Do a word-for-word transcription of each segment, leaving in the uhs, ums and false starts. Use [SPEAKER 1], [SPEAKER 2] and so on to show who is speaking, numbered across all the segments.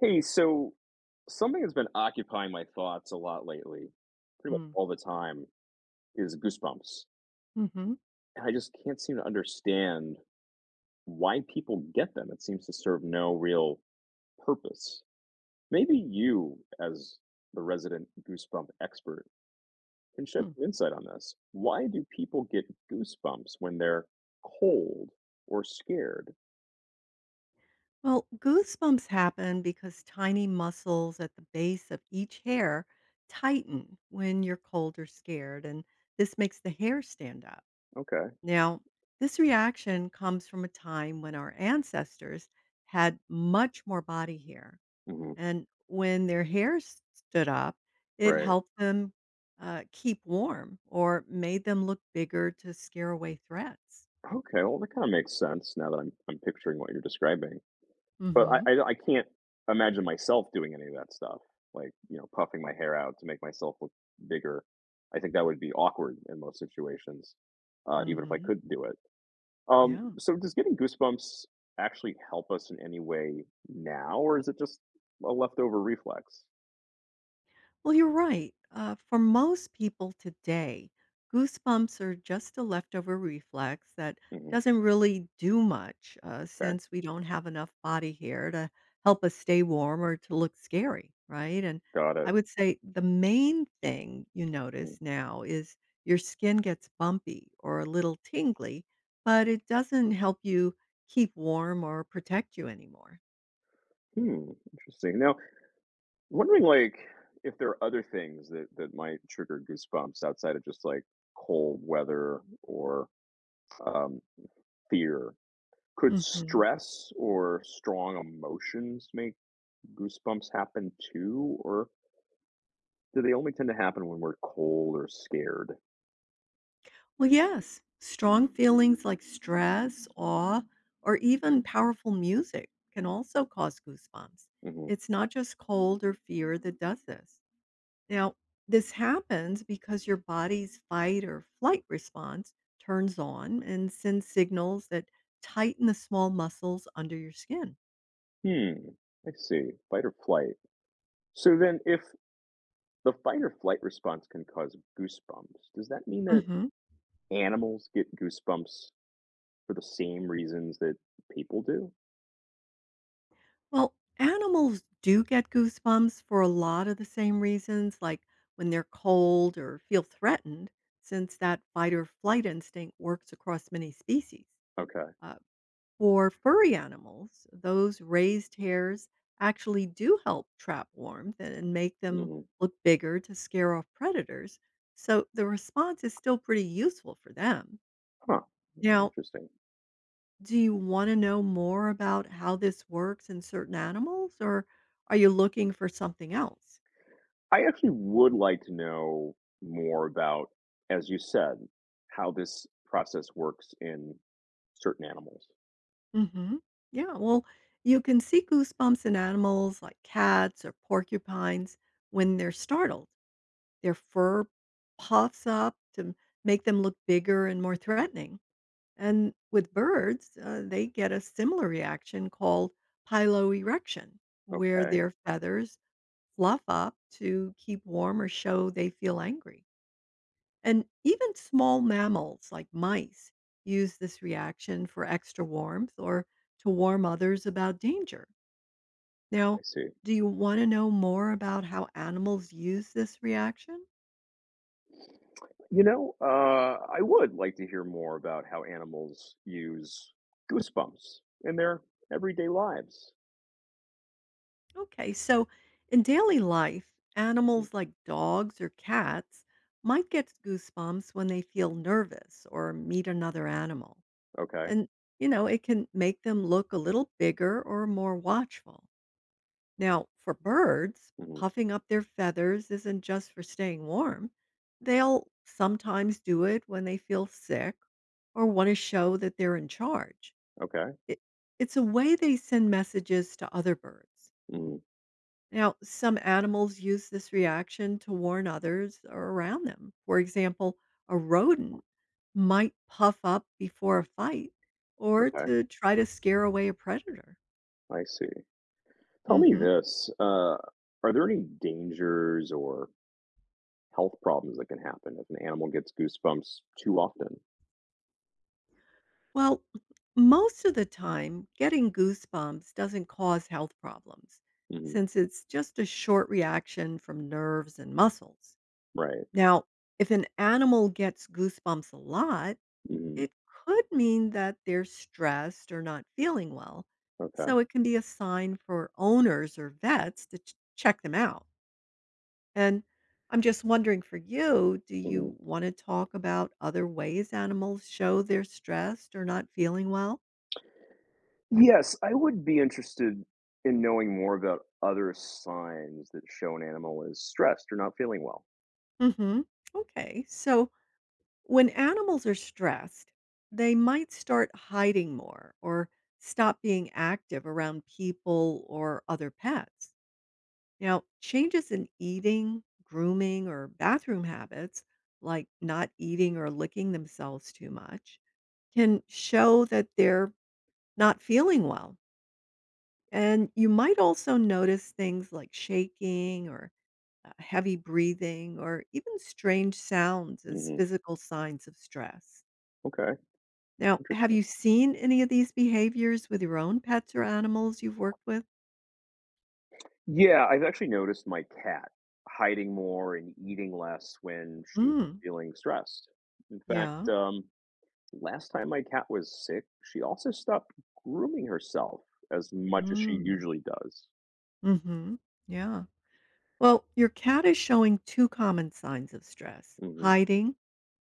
[SPEAKER 1] Hey, so something that's been occupying my thoughts a lot lately, pretty much
[SPEAKER 2] Mm.
[SPEAKER 1] all the time, is goosebumps.
[SPEAKER 2] Mhm.
[SPEAKER 1] And I just can't seem to understand why people get them. It seems to serve no real purpose. Maybe you, as the resident goosebump expert, can shed
[SPEAKER 2] Hmm.
[SPEAKER 1] some insight on this. Why do people get goosebumps when they're cold or scared?
[SPEAKER 2] Well, goosebumps happen because tiny muscles at the base of each hair tighten when you're cold or scared, and this makes the hair stand up.
[SPEAKER 1] Okay.
[SPEAKER 2] Now, this reaction comes from a time when our ancestors had much more body hair,
[SPEAKER 1] Hmm.
[SPEAKER 2] and when their hair s- stood up, it
[SPEAKER 1] Right.
[SPEAKER 2] helped them uh, keep warm or made them look bigger to scare away threats.
[SPEAKER 1] Okay. Well, that kind of makes sense now that I'm I'm picturing what you're describing.
[SPEAKER 2] Mm
[SPEAKER 1] But
[SPEAKER 2] hmm
[SPEAKER 1] I I I can't imagine myself doing any of that stuff, like, you know, puffing my hair out to make myself look bigger. I think that would be awkward in most situations, uh,
[SPEAKER 2] Mm
[SPEAKER 1] even if I
[SPEAKER 2] hmm
[SPEAKER 1] could do it. Um,
[SPEAKER 2] Yeah.
[SPEAKER 1] so does getting goosebumps actually help us in any way now, or is it just a leftover reflex?
[SPEAKER 2] Well, you're right. Uh, for most people today, goosebumps are just a leftover reflex that
[SPEAKER 1] Hmm.
[SPEAKER 2] doesn't really do much uh,
[SPEAKER 1] Okay,
[SPEAKER 2] since we don't have enough body hair to help us stay warm or to look scary, right? And
[SPEAKER 1] got it.
[SPEAKER 2] I would say the main thing you
[SPEAKER 1] Mm.
[SPEAKER 2] notice now is your skin gets bumpy or a little tingly, but it doesn't help you keep warm or protect you anymore.
[SPEAKER 1] Hmm, interesting. Now, wondering, like, if there are other things that that might trigger goosebumps outside of just, like, cold weather or, um, fear. Could
[SPEAKER 2] hmm
[SPEAKER 1] stress or strong emotions make goosebumps happen too, or do they only tend to happen when we're cold or scared?
[SPEAKER 2] Well, yes, strong feelings like stress, awe, or even powerful music can also cause goosebumps.
[SPEAKER 1] Hmm.
[SPEAKER 2] It's not just cold or fear that does this. Now, this happens because your body's fight or flight response turns on and sends signals that tighten the small muscles under your skin.
[SPEAKER 1] Hmm, I see. Fight or flight. So then, if the fight or flight response can cause goosebumps, does that mean that
[SPEAKER 2] Mhm.
[SPEAKER 1] animals get goosebumps for the same reasons that people do?
[SPEAKER 2] Well, animals do get goosebumps for a lot of the same reasons, like when they're cold or feel threatened, since that fight or flight instinct works across many species.
[SPEAKER 1] Okay.
[SPEAKER 2] Uh, for furry animals, those raised hairs actually do help trap warmth and and make them
[SPEAKER 1] Hmm.
[SPEAKER 2] look bigger to scare off predators. So the response is still pretty useful for them.
[SPEAKER 1] Huh. Well,
[SPEAKER 2] Now,
[SPEAKER 1] interesting.
[SPEAKER 2] do you wanna know more about how this works in certain animals, or are you looking for something else?
[SPEAKER 1] I actually would like to know more about, as you said, how this process works in certain animals.
[SPEAKER 2] Mhm. Yeah, well, you can see goosebumps in animals like cats or porcupines when they're startled. Their fur puffs up to make them look bigger and more threatening. And with birds, uh, they get a similar reaction called piloerection, where
[SPEAKER 1] Okay,
[SPEAKER 2] their feathers fluff up to keep warm or show they feel angry. And even small mammals like mice use this reaction for extra warmth or to warn others about danger.
[SPEAKER 1] I
[SPEAKER 2] Now,
[SPEAKER 1] see.
[SPEAKER 2] do you want to know more about how animals use this reaction?
[SPEAKER 1] You know, uh, I would like to hear more about how animals use goosebumps in their everyday lives.
[SPEAKER 2] Okay, so in daily life,
[SPEAKER 1] Mhm.
[SPEAKER 2] animals like dogs or cats might get goosebumps when they feel nervous or meet another animal.
[SPEAKER 1] Okay.
[SPEAKER 2] And, you know, it can make them look a little bigger or more watchful. Now, for birds,
[SPEAKER 1] Hmm.
[SPEAKER 2] puffing up their feathers isn't just for staying warm. They'll sometimes do it when they feel sick or want to show that they're in charge.
[SPEAKER 1] Okay.
[SPEAKER 2] It, it's a way they send messages to other birds.
[SPEAKER 1] Hmm.
[SPEAKER 2] Now, some animals use this reaction to warn others or around them. For example, a rodent might puff up before a fight or
[SPEAKER 1] Okay.
[SPEAKER 2] to try to scare away a predator.
[SPEAKER 1] I see. Tell me
[SPEAKER 2] Mhm.
[SPEAKER 1] this: uh, are there any dangers or health problems that can happen if an animal gets goosebumps too often?
[SPEAKER 2] Well, most of the time, getting goosebumps doesn't cause health problems
[SPEAKER 1] Mhm.
[SPEAKER 2] since it's just a short reaction from nerves and muscles.
[SPEAKER 1] Right.
[SPEAKER 2] Now, if an animal gets goosebumps a lot,
[SPEAKER 1] Mhm.
[SPEAKER 2] it could mean that they're stressed or not feeling well.
[SPEAKER 1] Okay.
[SPEAKER 2] So it can be a sign for owners or vets to ch- check them out. And I'm just wondering for you, do
[SPEAKER 1] Mhm.
[SPEAKER 2] you want to talk about other ways animals show they're stressed or not feeling well?
[SPEAKER 1] Yes, I would be interested in knowing more about other signs that show an animal is stressed or not feeling well.
[SPEAKER 2] Mhm. Okay. So when animals are stressed, they might start hiding more or stop being active around people or other pets. Now, changes in eating, grooming, or bathroom habits, like not eating or licking themselves too much, can show that they're not feeling well. And you might also notice things like shaking or uh, heavy breathing, or even strange sounds as
[SPEAKER 1] Mhm.
[SPEAKER 2] physical signs of stress.
[SPEAKER 1] Okay.
[SPEAKER 2] Now, have
[SPEAKER 1] Interesting.
[SPEAKER 2] you seen any of these behaviors with your own pets or animals you've worked with?
[SPEAKER 1] Yeah, I've actually noticed my cat hiding more and eating less when she's
[SPEAKER 2] Mm,
[SPEAKER 1] feeling stressed. In fact,
[SPEAKER 2] yeah.
[SPEAKER 1] um, last time my cat was sick, she also stopped grooming herself as much as she
[SPEAKER 2] Mm,
[SPEAKER 1] usually does.
[SPEAKER 2] mm-hmm. Yeah. Well, your cat is showing two common signs of stress,
[SPEAKER 1] Mhm.
[SPEAKER 2] hiding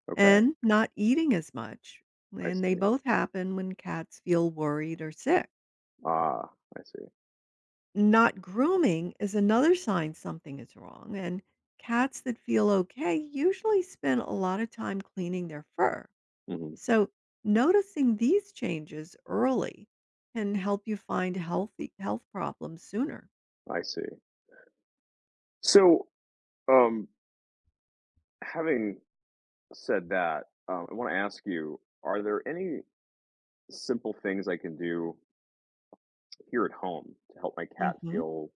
[SPEAKER 1] Okay.
[SPEAKER 2] and not eating as much.
[SPEAKER 1] I
[SPEAKER 2] And they
[SPEAKER 1] see.
[SPEAKER 2] both happen when cats feel worried or sick.
[SPEAKER 1] Ah, I see.
[SPEAKER 2] Not grooming is another sign something is wrong, and cats that feel okay usually spend a lot of time cleaning their fur.
[SPEAKER 1] Mhm.
[SPEAKER 2] So, noticing these changes early can help you find healthy health problems sooner.
[SPEAKER 1] I see. So, um, having said that, um, I want to ask you, are there any simple things I can do here at home to help my cat
[SPEAKER 2] Mhm.
[SPEAKER 1] feel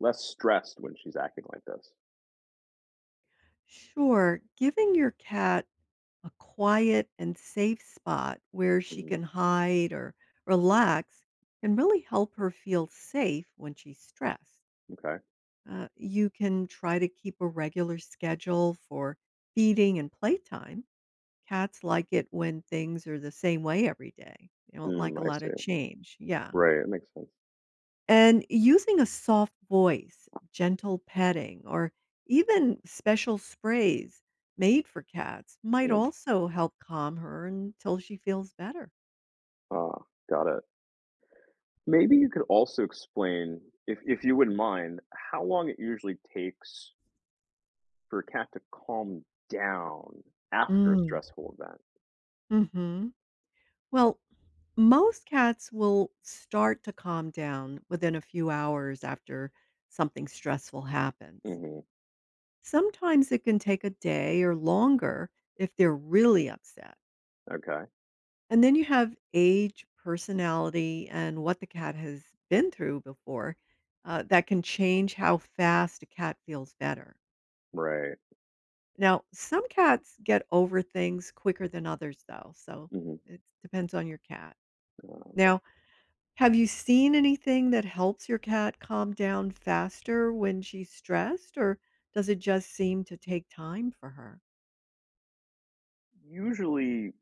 [SPEAKER 1] less stressed when she's acting like this?
[SPEAKER 2] Sure. Giving your cat a quiet and safe spot where she
[SPEAKER 1] Hmm.
[SPEAKER 2] can hide or relax can really help her feel safe when she's stressed.
[SPEAKER 1] Okay.
[SPEAKER 2] Uh, you can try to keep a regular schedule for feeding and playtime. Cats like it when things are the same way every day. They don't
[SPEAKER 1] Mm,
[SPEAKER 2] like a
[SPEAKER 1] I
[SPEAKER 2] lot of
[SPEAKER 1] see.
[SPEAKER 2] change. Yeah,
[SPEAKER 1] Right. It makes sense.
[SPEAKER 2] and using a soft voice, gentle petting, or even special sprays made for cats might
[SPEAKER 1] Mm.
[SPEAKER 2] also help calm her until she feels better.
[SPEAKER 1] Ah, got it. Maybe you could also explain, if, if you wouldn't mind, how long it usually takes for a cat to calm down after a
[SPEAKER 2] Mm.
[SPEAKER 1] stressful event.
[SPEAKER 2] hmm Well, most cats will start to calm down within a few hours after something stressful happens.
[SPEAKER 1] Hmm.
[SPEAKER 2] Sometimes it can take a day or longer if they're really upset.
[SPEAKER 1] Okay.
[SPEAKER 2] And then you have age, personality, and what the cat has been through before, uh, that can change how fast a cat feels better.
[SPEAKER 1] Right.
[SPEAKER 2] Now, some cats get over things quicker than others, though. So
[SPEAKER 1] Hmm.
[SPEAKER 2] it depends on your cat. Now, have you seen anything that helps your cat calm down faster when she's stressed, or does it just seem to take time for her?
[SPEAKER 1] Usually,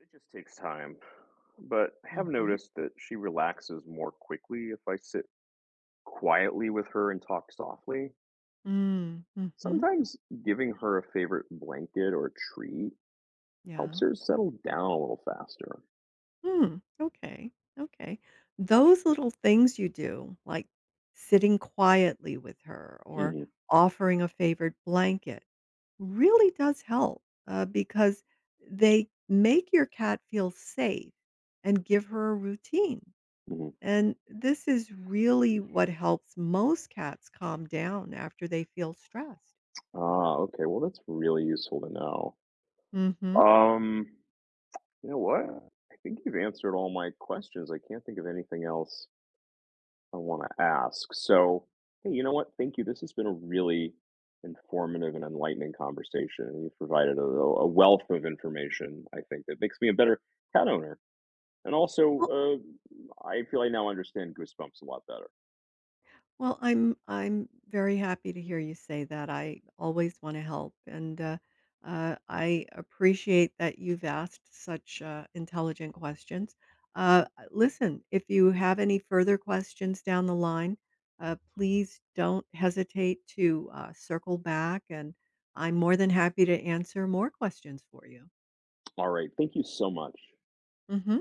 [SPEAKER 1] it just takes time, but I have
[SPEAKER 2] Mm-hmm.
[SPEAKER 1] noticed that she relaxes more quickly if I sit quietly with her and talk softly.
[SPEAKER 2] Mm-hmm. Mm-hmm.
[SPEAKER 1] Sometimes giving her a favorite blanket or treat
[SPEAKER 2] Yeah.
[SPEAKER 1] helps her settle down a little faster.
[SPEAKER 2] Hmm, okay, okay. Those little things you do, like sitting quietly with her or
[SPEAKER 1] Hmm.
[SPEAKER 2] offering a favorite blanket, really does help uh, because they make your cat feel safe and give her a routine.
[SPEAKER 1] Hmm.
[SPEAKER 2] And this is really what helps most cats calm down after they feel stressed.
[SPEAKER 1] Ah, okay. Well, that's really useful to know.
[SPEAKER 2] Mm hmm
[SPEAKER 1] Um, you know what? I think you've answered all my questions. I can't think of anything else I wanna ask. So, hey, you know what? Thank you. This has been a really informative and enlightening conversation, and you've provided a a wealth of information, I think, that makes me a better cat owner. And also, uh, I feel I now understand goosebumps a lot better.
[SPEAKER 2] Well, I'm I'm very happy to hear you say that. I always want to help, and uh, uh, I appreciate that you've asked such uh, intelligent questions. Uh, listen, if you have any further questions down the line, uh, please don't hesitate to uh, circle back, and I'm more than happy to answer more questions for you.
[SPEAKER 1] All right. Thank you so much.
[SPEAKER 2] Hmm